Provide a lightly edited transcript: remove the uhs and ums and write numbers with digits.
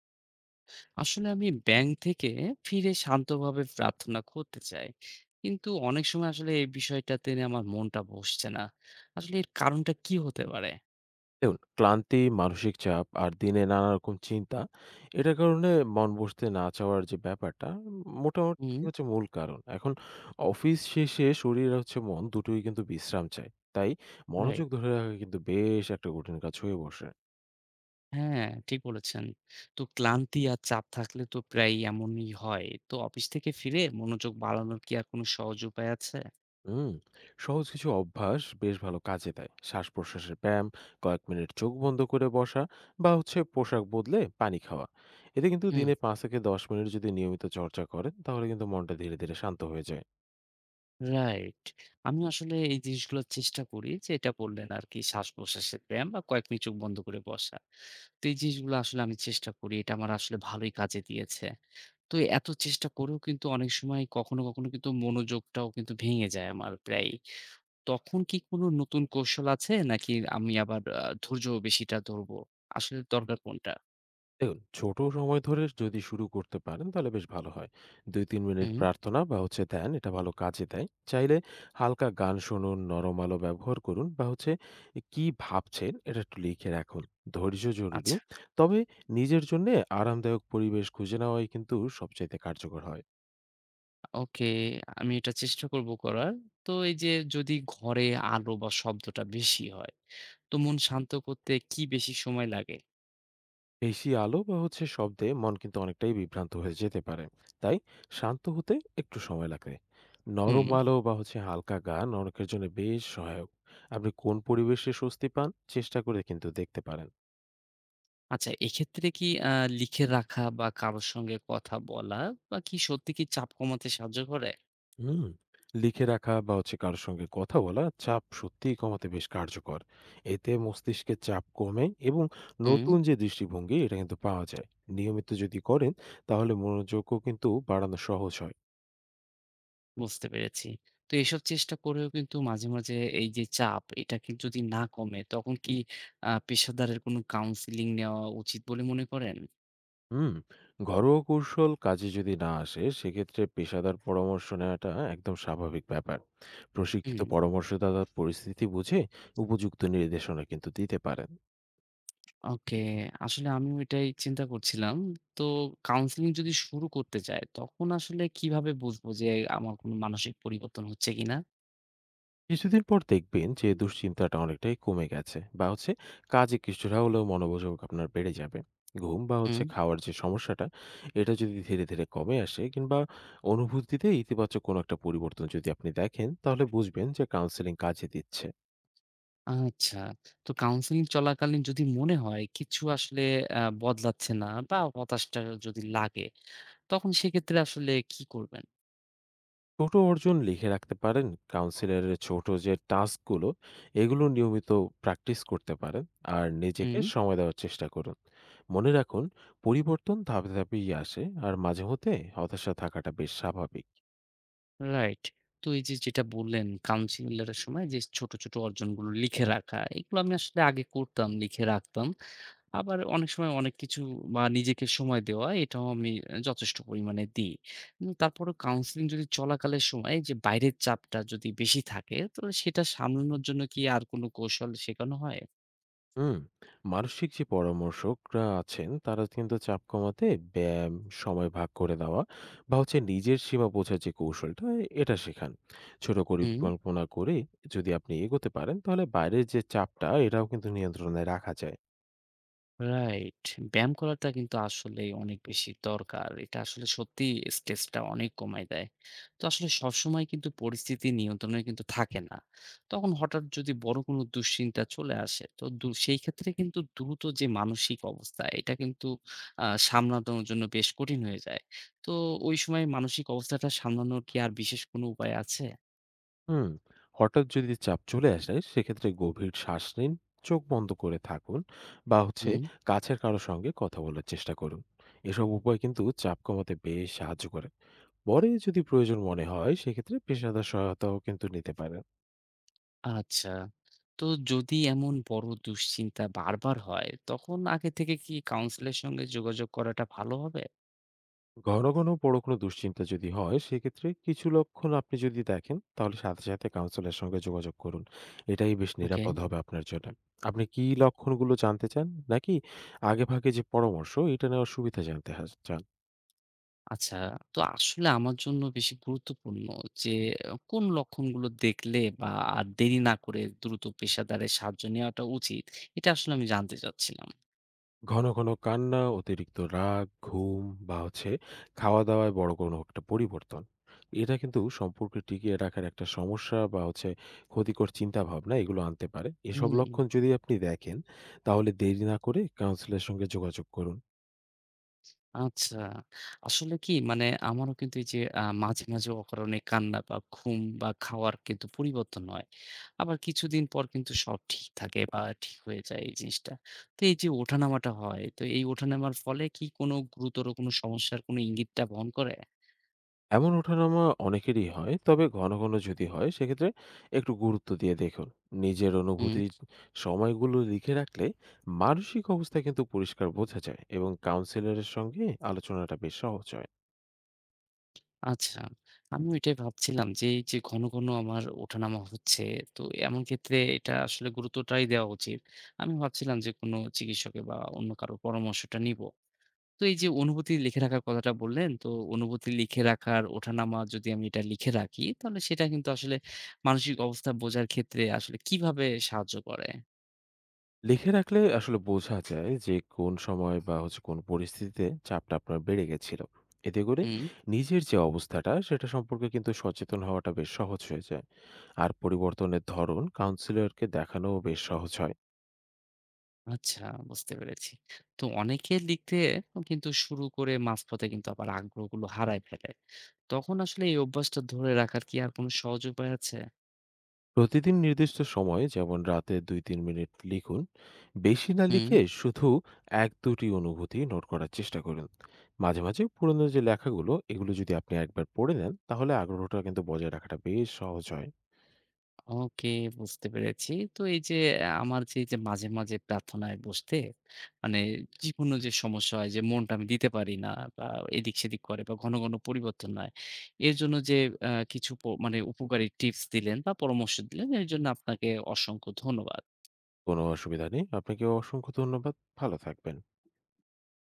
আসলে আমি ব্যাংক থেকে ফিরে শান্তভাবে প্রার্থনা করতে চাই, কিন্তু অনেক সময় আসলে এই বিষয়টাতে নিয়ে আমার মনটা বসছে না। আসলে এর কারণটা কি হতে পারে? দেখুন, ক্লান্তি, মানসিক চাপ আর দিনে নানা রকম চিন্তা, এটার কারণে মন বসতে না চাওয়ার যে ব্যাপারটা, মোটামুটি হুম। মূল কারণ। এখন অফিস শেষে শরীর আর মন দুটোই কিন্তু বিশ্রাম চায়। তাই মনোযোগ রাইট। ধরে রাখা কিন্তু বেশ একটা কঠিন কাজ হয়ে বসে। হ্যাঁ, ঠিক বলেছেন। তো ক্লান্তি আর চাপ থাকলে তো প্রায় এমনই হয়। তো অফিস থেকে ফিরে মনোযোগ বাড়ানোর কি আর কোনো সহজ উপায় আছে? হুম, সহজ কিছু অভ্যাস বেশ ভালো কাজে দেয়। শ্বাস-প্রশ্বাসের ব্যায়াম, কয়েক মিনিট চোখ বন্ধ করে বসা বা পোশাক বদলে পানি খাওয়া। এতে কিন্তু হুম। দিনে ৫ থেকে ১০ মিনিট যদি নিয়মিত চর্চা করেন, তাহলে কিন্তু মনটা ধীরে, ধীরে শান্ত হয়ে যায়। রাইট। আমি আসলে এই জিনিসগুলো চেষ্টা করি, যে এটা বললেন আরকি শ্বাস-প্রশ্বাসের ব্যায়াম বা কয়েক মিনিট চোখ বন্ধ করে বসা। তো এই জিনিসগুলো আসলে আমি চেষ্টা করি। এটা আমার আসলে ভালোই কাজে দিয়েছে। তো এত চেষ্টা করেও কিন্তু অনেক সময় কখনো, কখনো কিন্তু মনোযোগটাও কিন্তু ভেঙে যায় আমার প্রায়ই। তখন কি কোনো নতুন কৌশল আছে, নাকি আমি আবার ধৈর্য বেশিটা ধরবো? আসলে দরকার কোনটা? দেখুন ছোট সময় ধরে যদি শুরু করতে পারেন তাহলে বেশ ভালো হয়। ২-৩ মিনিট হুম। প্রার্থনা বা ধ্যান এটা ভালো কাজে দেয়। চাইলে হালকা গান শুনুন, নরম আলো ব্যবহার করুন বা কি ভাবছেন এটা একটু লিখে রাখুন। ধৈর্য জরুরি, আচ্ছা। তবে নিজের জন্য আরামদায়ক পরিবেশ খুঁজে নেওয়াই কিন্তু সবচাইতে কার্যকর হয়। ওকে। আমি এটা চেষ্টা করব করার। তো এই যে যদি ঘরে আলো বা শব্দটা বেশি হয়, তো মন শান্ত করতে কি বেশি সময় লাগে? বেশি আলো বা শব্দে মন কিন্তু অনেকটাই বিভ্রান্ত হয়ে যেতে পারে। তাই শান্ত হতে একটু সময় লাগে। হুম। নরম আলো বা হালকা গান অনেকের জন্য বেশ সহায়ক। আপনি কোন পরিবেশে স্বস্তি পান, চেষ্টা করে কিন্তু দেখতে পারেন। আচ্ছা, এক্ষেত্রে কি লিখে রাখা বা কারো সঙ্গে কথা বলা বা কি সত্যি কি চাপ কমাতে সাহায্য করে? হুম। লিখে রাখা বা কারোর সঙ্গে কথা বলা চাপ সত্যিই কমাতে বেশ কার্যকর। এতে মস্তিষ্কের চাপ কমে এবং হুম। নতুন যে দৃষ্টিভঙ্গি এটা কিন্তু পাওয়া যায়। নিয়মিত যদি করেন তাহলে মনোযোগও কিন্তু বাড়ানো সহজ হয়। বুঝতে পেরেছি। তো এসব চেষ্টা করেও কিন্তু মাঝে, মাঝে এই যে চাপ, এটা কি যদি না কমে তখন কি পেশাদারের কোনো কাউন্সেলিং নেওয়া উচিত বলে মনে করেন? হুম, ঘরোয়া কৌশল কাজে যদি না আসে সেক্ষেত্রে পেশাদার পরামর্শ নেওয়াটা একদম স্বাভাবিক ব্যাপার। প্রশিক্ষিত হুম। পরামর্শদাতা পরিস্থিতি বুঝে উপযুক্ত নির্দেশনা কিন্তু দিতে পারেন। ওকে। আসলে আমিও এটাই চিন্তা করছিলাম। তো কাউন্সেলিং যদি শুরু করতে চাই, তখন আসলে কিভাবে বুঝবো যে আমার কোনো মানসিক পরিবর্তন হচ্ছে কিনা? কিছুদিন পর দেখবেন যে দুশ্চিন্তাটা অনেকটাই কমে গেছে বা কাজে কিছুটা হলেও মনোযোগ আপনার বেড়ে যাবে। ঘুম বা হুম। খাওয়ার যে সমস্যাটা, এটা যদি ধীরে, ধীরে কমে আসে কিংবা অনুভূতিতে ইতিবাচক কোনো একটা পরিবর্তন যদি আপনি দেখেন তাহলে বুঝবেন যে কাউন্সেলিং কাজে দিচ্ছে। আচ্ছা। তো কাউন্সেলিং চলাকালীন যদি মনে হয় কিছু আসলে বদলাচ্ছে না বা হতাশটা যদি লাগে, তখন সেক্ষেত্রে আসলে কি করবেন? ছোট অর্জন লিখে রাখতে পারেন। কাউন্সিলরের ছোট যে টাস্কগুলো, এগুলো নিয়মিত প্র্যাকটিস করতে পারেন। আর নিজেকে হুম। সময় দেওয়ার চেষ্টা করুন। মনে রাখুন, পরিবর্তন ধাপে ধাপেই আসে আর মাঝে মধ্যে হতাশা থাকাটা বেশ স্বাভাবিক। রাইট। তো এই যে যেটা বললেন কাউন্সিলর এর সময় যে ছোট, ছোট অর্জনগুলো লিখে রাখা, এগুলো আমি আসলে আগে করতাম, লিখে রাখতাম। আবার অনেক সময় অনেক কিছু বা নিজেকে সময় দেওয়া, এটাও আমি যথেষ্ট পরিমাণে দিই। তারপরেও কাউন্সেলিং যদি চলাকালের সময় যে বাইরের চাপটা যদি বেশি থাকে, তো সেটা সামলানোর জন্য কি আর কোনো কৌশল শেখানো হয়? হুম, মানসিক যে পরামর্শকরা আছেন তারা কিন্তু চাপ কমাতে ব্যায়াম, সময় ভাগ করে দেওয়া বা নিজের সীমা বোঝার যে কৌশলটা এটা শেখান। ছোট হুম। পরিকল্পনা করে যদি আপনি এগোতে পারেন তাহলে বাইরের যে চাপটা এটাও কিন্তু নিয়ন্ত্রণে রাখা যায়। রাইট। ব্যায়াম করাটা কিন্তু আসলেই অনেক বেশি দরকার। এটা আসলে সত্যিই স্ট্রেসটা অনেক কমায় দেয়। তো আসলে সবসময় কিন্তু পরিস্থিতি নিয়ন্ত্রণে কিন্তু থাকে না। তখন হঠাৎ যদি বড় কোনো দুশ্চিন্তা চলে আসে, তো সেই ক্ষেত্রে কিন্তু দ্রুত যে মানসিক অবস্থা, এটা কিন্তু সামলানোর জন্য বেশ কঠিন হয়ে যায়। তো ওই সময় মানসিক অবস্থাটা সামলানোর কি আর বিশেষ কোনো উপায় আছে? হুম, হঠাৎ যদি চাপ চলে আসে সেক্ষেত্রে গভীর শ্বাস নিন, চোখ বন্ধ করে থাকুন বা হুম। কাছের কারো সঙ্গে কথা বলার চেষ্টা করুন। এসব উপায় কিন্তু চাপ কমাতে বেশ সাহায্য করে। পরে যদি প্রয়োজন মনে হয় সেক্ষেত্রে পেশাদার সহায়তাও কিন্তু নিতে পারেন। আচ্ছা। তো যদি এমন বড় দুশ্চিন্তা বারবার হয়, তখন আগে থেকে কি কাউন্সিলের সঙ্গে যোগাযোগ করাটা ভালো হবে? ঘন ঘন বড় কোনো দুশ্চিন্তা যদি হয় সেক্ষেত্রে কিছু লক্ষণ আপনি যদি দেখেন তাহলে সাথে সাথে কাউন্সিলের সঙ্গে যোগাযোগ করুন। এটাই বেশ ওকে। নিরাপদ হবে আপনার জন্য। আপনি কি লক্ষণগুলো জানতে চান, নাকি আগেভাগে যে পরামর্শ এটা নেওয়ার সুবিধা জানতে চান? আচ্ছা। তো আসলে আমার জন্য বেশি গুরুত্বপূর্ণ যে কোন লক্ষণগুলো দেখলে বা আর দেরি না করে দ্রুত পেশাদারের সাহায্য নেওয়াটা উচিত, এটা আসলে আমি জানতে চাচ্ছিলাম। ঘন, ঘন কান্না, অতিরিক্ত রাগ, ঘুম বা খাওয়া-দাওয়ায় বড় কোনো একটা পরিবর্তন। এটা কিন্তু সম্পর্ক টিকিয়ে রাখার একটা সমস্যা বা ক্ষতিকর চিন্তাভাবনা এগুলো আনতে পারে। এসব হুম। লক্ষণ যদি আপনি দেখেন, তাহলে দেরি না করে কাউন্সিলরের সঙ্গে যোগাযোগ করুন। আচ্ছা। আসলে কি মানে আমারও কিন্তু এই যে মাঝে, মাঝে অকারণে কান্না বা ঘুম বা খাওয়ার কিন্তু পরিবর্তন হয়। আবার কিছুদিন পর কিন্তু সব ঠিক থাকে বা ঠিক হয়ে যায় এই জিনিসটা। তো এই যে ওঠানামাটা হয়, তো এই ওঠানামার ফলে কি কোনো গুরুতর কোনো সমস্যার কোনো ইঙ্গিতটা বহন করে? এমন ওঠানামা অনেকেরই হয়। তবে ঘন, ঘন যদি হয় সেক্ষেত্রে একটু গুরুত্ব দিয়ে দেখুন। নিজের হুম। অনুভূতির সময়গুলো লিখে রাখলে মানসিক অবস্থা কিন্তু পরিষ্কার বোঝা যায় এবং কাউন্সিলরের সঙ্গে আলোচনাটা বেশ সহজ হয়। আচ্ছা। আমিও এটাই ভাবছিলাম যে এই যে ঘন, ঘন আমার ওঠানামা হচ্ছে, তো এমন ক্ষেত্রে এটা আসলে গুরুত্বটাই দেওয়া উচিত। আমি ভাবছিলাম যে কোনো চিকিৎসকের বা অন্য কারো পরামর্শটা নিবো। তো এই যে অনুভূতি লিখে রাখার কথাটা বললেন, তো অনুভূতি লিখে রাখার ওঠানামা যদি আমি এটা লিখে রাখি, তাহলে সেটা কিন্তু আসলে মানসিক অবস্থা বোঝার ক্ষেত্রে আসলে কিভাবে সাহায্য করে? লিখে রাখলে আসলে বোঝা যায় যে কোন সময় বা কোন পরিস্থিতিতে চাপটা আপনার বেড়ে গেছিল। এতে করে হুম। নিজের যে অবস্থাটা সেটা সম্পর্কে কিন্তু সচেতন হওয়াটা বেশ সহজ হয়ে যায়। আর পরিবর্তনের ধরন কাউন্সিলরকে দেখানোও বেশ সহজ হয়। আচ্ছা, বুঝতে পেরেছি। তো অনেকে লিখতে কিন্তু শুরু করে মাঝপথে কিন্তু আবার আগ্রহগুলো হারায় ফেলে। তখন আসলে এই অভ্যাসটা ধরে রাখার কি আর কোনো সহজ উপায় আছে? প্রতিদিন নির্দিষ্ট সময়ে যেমন রাতে ২-৩ মিনিট লিখুন। বেশি না হুম। লিখে শুধু ১-২ অনুভূতি নোট করার চেষ্টা করুন। মাঝে, মাঝে পুরনো যে লেখাগুলো এগুলো যদি আপনি একবার পড়ে নেন তাহলে আগ্রহটা কিন্তু বজায় রাখাটা বেশ সহজ হয়। ওকে, বুঝতে পেরেছি। তো এই যে আমার যে মাঝে, মাঝে প্রার্থনায় বসতে মানে জীবনে যে সমস্যা হয়, যে মনটা আমি দিতে পারি না বা এদিক সেদিক করে বা ঘন, ঘন পরিবর্তন হয়। এর জন্য যে কিছু মানে উপকারী টিপস দিলেন বা পরামর্শ দিলেন, এর জন্য আপনাকে অসংখ্য ধন্যবাদ। কোনো অসুবিধা নেই। আপনাকেও অসংখ্য ধন্যবাদ। ভালো থাকবেন।